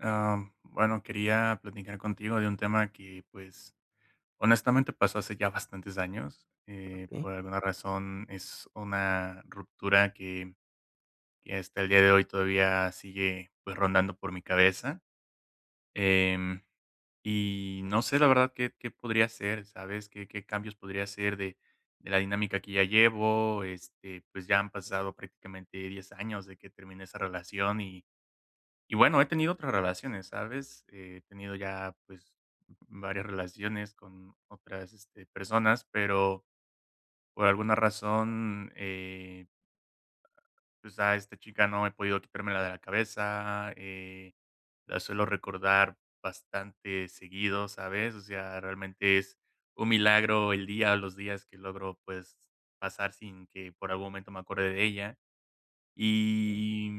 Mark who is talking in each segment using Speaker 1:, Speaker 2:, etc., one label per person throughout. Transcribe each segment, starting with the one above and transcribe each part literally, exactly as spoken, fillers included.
Speaker 1: Ah, bueno, quería platicar contigo de un tema que, pues, honestamente pasó hace ya bastantes años. Eh,
Speaker 2: Okey,
Speaker 1: por alguna razón es una ruptura que, que hasta el día de hoy todavía sigue, pues, rondando por mi cabeza. Em, y no sé, la verdad, qué, qué podría hacer, ¿sabes? ¿Qué, qué cambios podría hacer de, de la dinámica que ya llevo? Este, pues ya han pasado prácticamente diez años de que terminé esa relación y y bueno, he tenido otras relaciones, ¿sabes? Eh, He tenido ya, pues, varias relaciones con otras, este, personas, pero por alguna razón, eh, pues, a esta chica no he podido quitármela de la cabeza, eh, la suelo recordar bastante seguido, ¿sabes? O sea, realmente es un milagro el día o los días que logro, pues, pasar sin que por algún momento me acuerde de ella. Y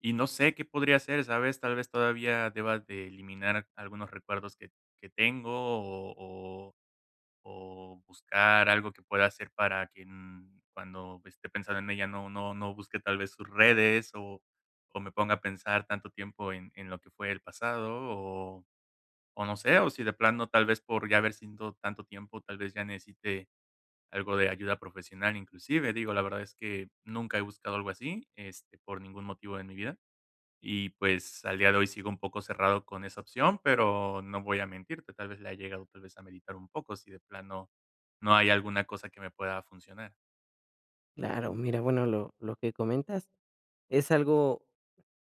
Speaker 1: y no sé qué podría hacer, ¿sabes? Tal vez todavía deba de eliminar algunos recuerdos que que tengo o o o buscar algo que pueda hacer para que, mm, cuando esté pensando en ella no no no busque tal vez sus redes o o me ponga a pensar tanto tiempo en en lo que fue el pasado o o no sé, o si de plano tal vez por ya haber sido tanto tiempo, tal vez ya necesite algo de ayuda profesional inclusive. Digo, la verdad es que nunca he buscado algo así, este, por ningún motivo en mi vida. Y pues al día de hoy sigo un poco cerrado con esa opción, pero no voy a mentirte, tal vez la he llegado tal vez a meditar un poco si de plano no hay alguna cosa que me pueda funcionar.
Speaker 2: claro, mira, bueno, lo lo que comentas es algo,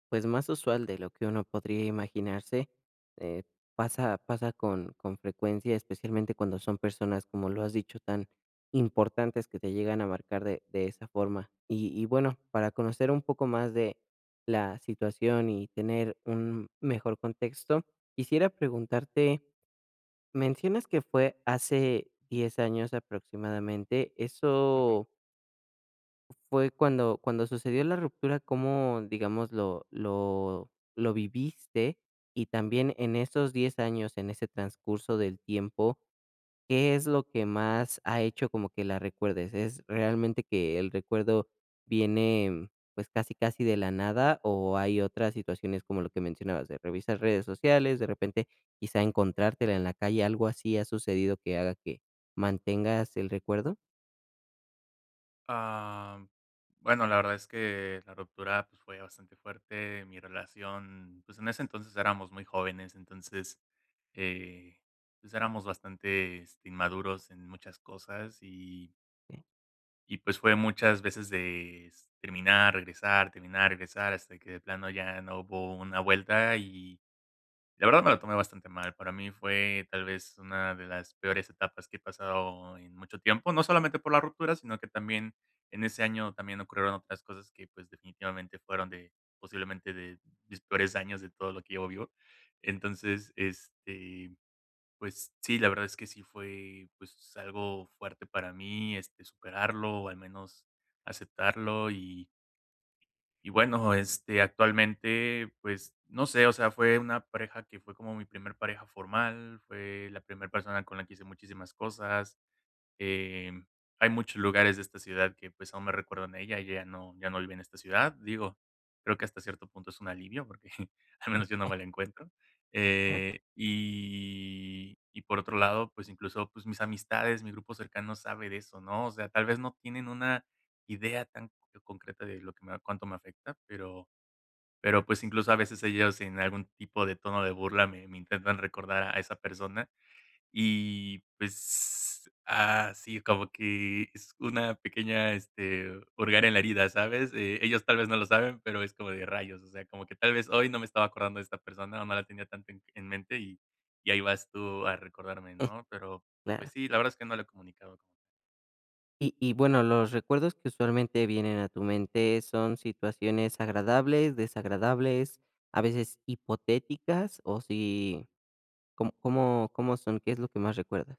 Speaker 2: pues, más usual de lo que uno podría imaginarse, eh, pasa pasa con con frecuencia, especialmente cuando son personas, como lo has dicho, tan importantes que te llegan a marcar de de esa forma. Y y bueno, para conocer un poco más de la situación y tener un mejor contexto, quisiera preguntarte, mencionas que fue hace diez años aproximadamente,
Speaker 1: Ujú.
Speaker 2: ¿eso fue cuando cuando sucedió la ruptura, cómo, digamos, lo lo lo viviste? Y también en esos diez años, en ese transcurso del tiempo, ¿qué es lo que más ha hecho como que la recuerdes? ¿Es realmente que el recuerdo viene, pues, casi casi de la nada, o hay otras situaciones como lo que mencionabas, de revisar redes sociales, de repente, quizá encontrártela en la calle, algo así ha sucedido que haga que mantengas el recuerdo?
Speaker 1: Ah, bueno, la verdad es que la ruptura pues, fue bastante fuerte. Mi relación, pues en ese entonces éramos muy jóvenes, entonces eh, pues éramos bastante este, inmaduros en muchas cosas y
Speaker 2: Sí,
Speaker 1: Y, pues, fue muchas veces de s terminar, regresar, terminar, regresar, hasta que de plano ya no hubo una vuelta, y la verdad me lo tomé bastante mal. Para mí fue tal vez una de las peores etapas que he pasado en mucho tiempo, no solamente por la ruptura, sino que también en ese año también ocurrieron otras cosas que, pues, definitivamente fueron de posiblemente de mis peores años de todo lo que llevo vivo. Entonces, este pues sí, la verdad es que sí fue, pues, algo fuerte para mí, este, superarlo, o al menos aceptarlo. Y y bueno, este, actualmente, pues, no sé, o sea, fue una pareja que fue como mi primer pareja formal, fue la primera persona con la que hice muchísimas cosas. Em, Hay muchos lugares de esta ciudad que, pues, aún me recuerdan a ella, ella ya no ya no vive en esta ciudad, digo, creo que hasta cierto punto es un alivio porque al menos yo no me la encuentro,
Speaker 2: ah,
Speaker 1: eh, y y por otro lado, pues, incluso, pues, mis amistades, mi grupo cercano sabe de eso, ¿no? O sea, tal vez no tienen una idea tan concreta de lo que me cuánto me afecta, pero pero, pues, incluso a veces ellos en algún tipo de tono de burla me me intentan recordar a esa persona. Y, pues, ah, sí, como que es una pequeña, este, hurgar en la herida, ¿sabes? Eh, ellos tal vez no lo saben, pero es como de rayos, o sea, como que tal vez hoy no me estaba acordando de esta persona, o no la tenía tanto en en mente y y ahí vas tú a recordarme, ¿no? Pero,
Speaker 2: claro.
Speaker 1: pues sí, la verdad es que no lo he comunicado.
Speaker 2: Y y bueno, los recuerdos que usualmente vienen a tu mente son situaciones agradables, desagradables, a veces hipotéticas, o si ¿cómo cómo cómo son? ¿Qué es lo que más recuerdas?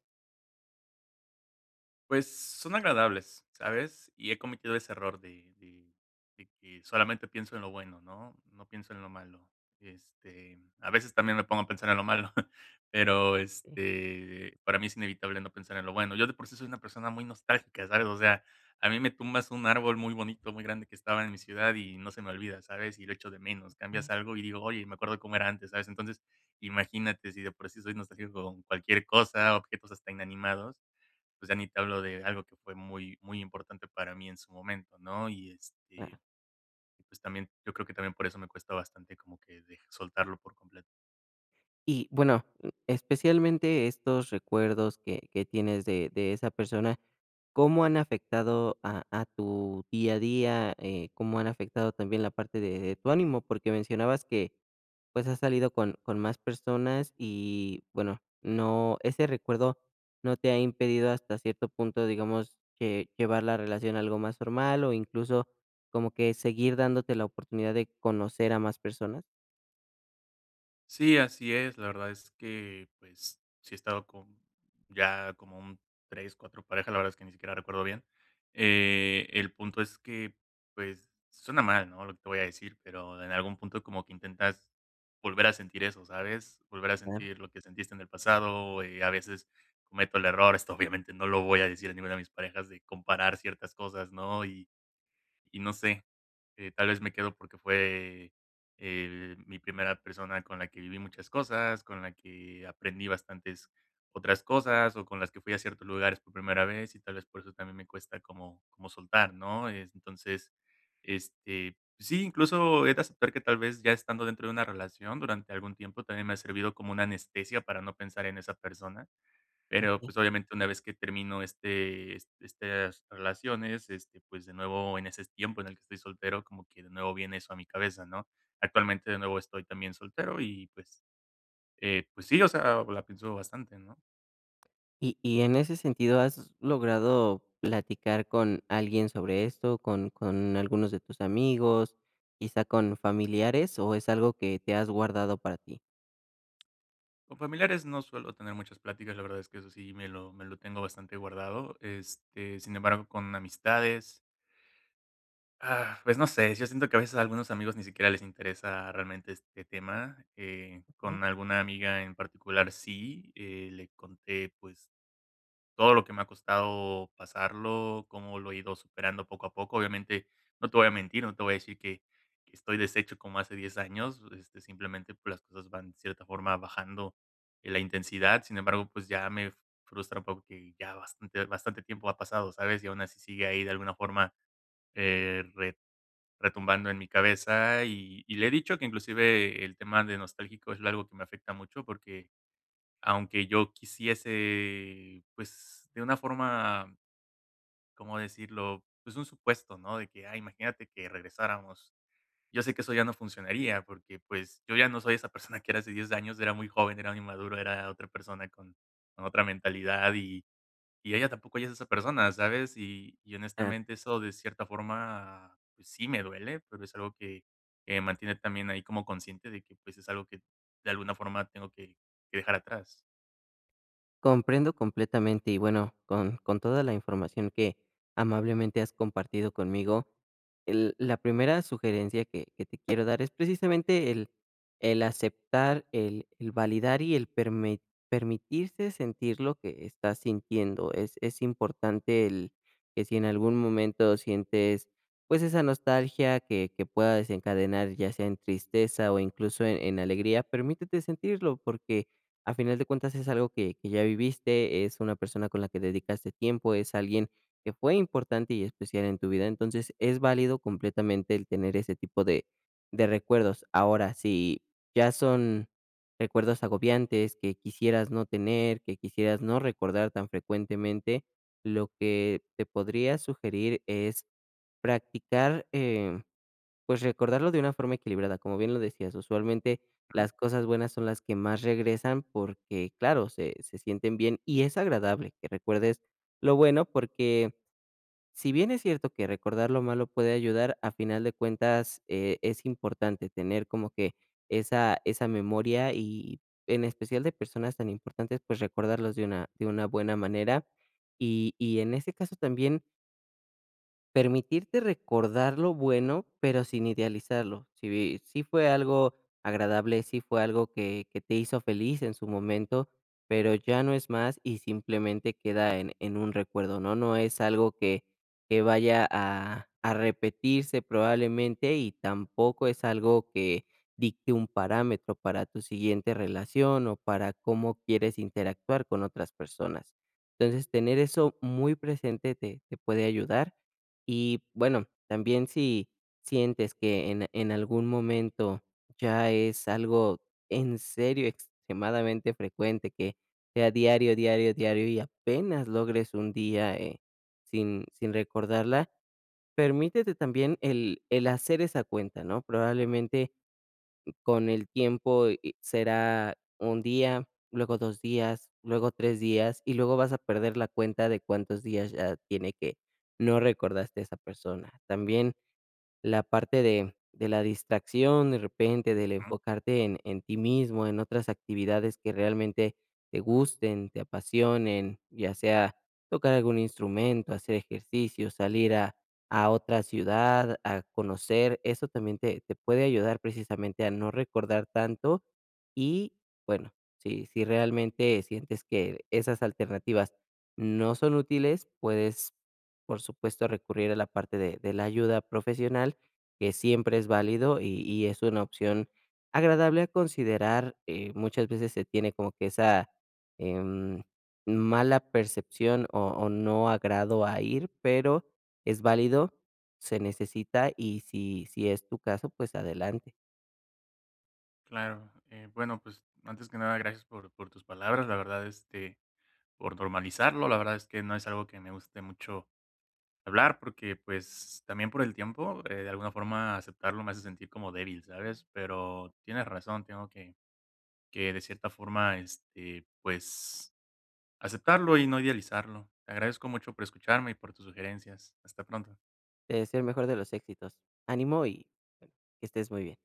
Speaker 1: Pues, son agradables, ¿sabes? Y he cometido ese error de de de que solamente pienso en lo bueno, ¿no? No pienso en lo malo. Este, a veces también me pongo a pensar en lo malo, pero,
Speaker 2: Sí,
Speaker 1: este, para mí es inevitable no pensar en lo bueno. Yo de por sí soy una persona muy nostálgica, ¿sabes? O sea, a mí me tumbas un árbol muy bonito, muy grande que estaba en mi ciudad y no se me olvida, ¿sabes? Y lo echo de menos. Cambias
Speaker 2: eh.
Speaker 1: algo y digo: "Oye, me acuerdo cómo era antes", ¿sabes? Entonces, imagínate si de por sí soy nostálgico con cualquier cosa, objetos hasta inanimados, pues ya ni te hablo de algo que fue muy, muy importante para mí en su momento, ¿no? Y
Speaker 2: Ah,
Speaker 1: este, pues también, yo creo que también por eso me cuesta bastante como que dej- soltarlo por completo.
Speaker 2: y bueno, especialmente estos recuerdos que que tienes de de esa persona. ¿Cómo han afectado a a tu día a día? Eh, ¿cómo han afectado también la parte de de tu ánimo? Porque mencionabas que, pues, has salido con con más personas y, bueno, no ese recuerdo no te ha impedido hasta cierto punto, digamos, que llevar la relación a algo más formal o incluso como que seguir dándote la oportunidad de conocer a más personas.
Speaker 1: Sí, así es. La verdad es que, pues, sí he estado con ya como un tres, cuatro parejas, la verdad es que ni siquiera recuerdo bien. Eh, el punto es que, pues, suena mal, ¿no?, lo que te voy a decir, pero en algún punto como que intentas volver a sentir eso, ¿sabes? Volver a
Speaker 2: Claro.
Speaker 1: sentir lo que sentiste en el pasado, eh, a veces cometo el error, esto obviamente no lo voy a decir a ninguna de mis parejas, de comparar ciertas cosas, ¿no? Y y no sé, eh, tal vez me quedo porque fue, eh, mi primera persona con la que viví muchas cosas, con la que aprendí bastantes otras cosas, o con las que fui a ciertos lugares por primera vez, y tal vez por eso también me cuesta como como soltar, ¿no? Es entonces, este, sí, incluso he de aceptar que tal vez ya estando dentro de una relación durante algún tiempo también me ha servido como una anestesia para no pensar en esa persona. Pero,
Speaker 2: Okey.
Speaker 1: pues, obviamente, una vez que termino este est estas relaciones, este, pues, de nuevo, en ese tiempo en el que estoy soltero, como que de nuevo viene eso a mi cabeza, ¿no? Actualmente, de nuevo, estoy también soltero y, pues, eh, pues sí, o sea, la pienso bastante, ¿no?
Speaker 2: Y y en ese sentido, ¿has logrado platicar con alguien sobre esto, con con algunos de tus amigos, quizá con familiares, o es algo que te has guardado para ti?
Speaker 1: Con familiares no suelo tener muchas pláticas, la verdad es que eso sí me lo me lo tengo bastante guardado, este, sin embargo, con amistades. Ah, pues no sé, yo siento que a veces a algunos amigos ni siquiera les interesa realmente este tema. Eh,
Speaker 2: Okey.
Speaker 1: con alguna amiga en particular sí, eh, le conté pues todo lo que me ha costado pasarlo, cómo lo he ido superando poco a poco. Obviamente no te voy a mentir, no te voy a decir que, que estoy deshecho como hace diez años, este, simplemente pues, las cosas van de cierta forma bajando eh, la intensidad, sin embargo pues ya me frustra un poco que ya bastante, bastante tiempo ha pasado, ¿sabes? Y aún así sigue ahí de alguna forma eh, retumbando en mi cabeza y y le he dicho que inclusive el tema de nostálgico es algo que me afecta mucho, porque aunque yo quisiese, pues, de una forma, ¿cómo decirlo? Pues, un supuesto, ¿no? De que, ah, imagínate que regresáramos. Yo sé que eso ya no funcionaría porque, pues, yo ya no soy esa persona que era hace diez años, era muy joven, era muy maduro, era otra persona con con otra mentalidad y y ella tampoco, ella es esa persona, ¿sabes? Y y honestamente eso de cierta forma, pues sí me duele, pero es algo que que me mantiene también ahí como consciente de que, pues, es algo que de alguna forma tengo que que dejar atrás.
Speaker 2: Comprendo completamente y bueno, con, con toda la información que amablemente has compartido conmigo, el- la primera sugerencia que, que te quiero dar es precisamente el, el aceptar, el, el validar y el permi- permitirse sentir lo que estás sintiendo. Es, es importante el que si en algún momento sientes pues esa nostalgia que, que pueda desencadenar ya sea en tristeza o incluso en en alegría, permítete sentirlo porque a final de cuentas es algo que, que ya viviste, es una persona con la que dedicaste tiempo, es alguien que fue importante y especial en tu vida. Entonces es válido completamente el tener ese tipo de, de recuerdos. Ahora, si ya son recuerdos agobiantes que quisieras no tener, que quisieras no recordar tan frecuentemente, lo que te podría sugerir es practicar eh, pues recordarlo de una forma equilibrada, como bien lo decías, usualmente
Speaker 1: Ujú,
Speaker 2: las cosas buenas son las que más regresan porque, claro, se, se sienten bien y es agradable que recuerdes lo bueno porque si bien es cierto que recordar lo malo puede ayudar, a final de cuentas eh, es importante tener como que esa, esa memoria y en especial de personas tan importantes, pues recordarlos de una, de una buena manera. Y, y en ese caso también permitirte recordar lo bueno, pero sin idealizarlo. Si si fue algo agradable, si fue algo que, que te hizo feliz en su momento, pero ya no es más y simplemente queda en, en un recuerdo, ¿no? No es algo que, que vaya a, a repetirse probablemente y tampoco es algo que dicte un parámetro para tu siguiente relación o para cómo quieres interactuar con otras personas. Entonces, tener eso muy presente te te puede ayudar y bueno, también si sientes que en en algún momento ya es algo en serio extremadamente frecuente, que sea diario, diario, diario y apenas logres un día, eh, sin sin recordarla, permítete también el el hacer esa cuenta, ¿no? Probablemente con el tiempo, eh, será un día, luego dos días, luego tres días, y luego vas a perder la cuenta de cuántos días ya tiene que no recordaste a esa persona. También la parte de de la distracción, de repente, del
Speaker 1: ujú.
Speaker 2: enfocarte en en ti mismo, en otras actividades que realmente te gusten, te apasionen, ya sea tocar algún instrumento, hacer ejercicio, salir a a otra ciudad, a conocer, eso también te te puede ayudar precisamente a no recordar tanto y, bueno, si si realmente sientes que esas alternativas no son útiles, puedes por supuesto, recurrir a la parte de de la ayuda profesional, que siempre es válido y y es una opción agradable a considerar. Eh, muchas veces se tiene como que esa, em, mala percepción o o no agrado a ir, pero es válido, se necesita y si si es tu caso, pues adelante.
Speaker 1: Claro, eh, bueno, pues, antes que nada, gracias por por tus palabras, la verdad, este, por normalizarlo, la verdad es que no es algo que me guste mucho hablar porque, pues, también por el tiempo, eh, de alguna forma aceptarlo me hace sentir como débil, ¿sabes? Pero tienes razón, tengo que que de cierta forma, este, pues, aceptarlo y no idealizarlo. Te agradezco mucho por escucharme y por tus sugerencias. Hasta pronto.
Speaker 2: Te deseo el mejor de los éxitos. Ánimo y que estés muy bien.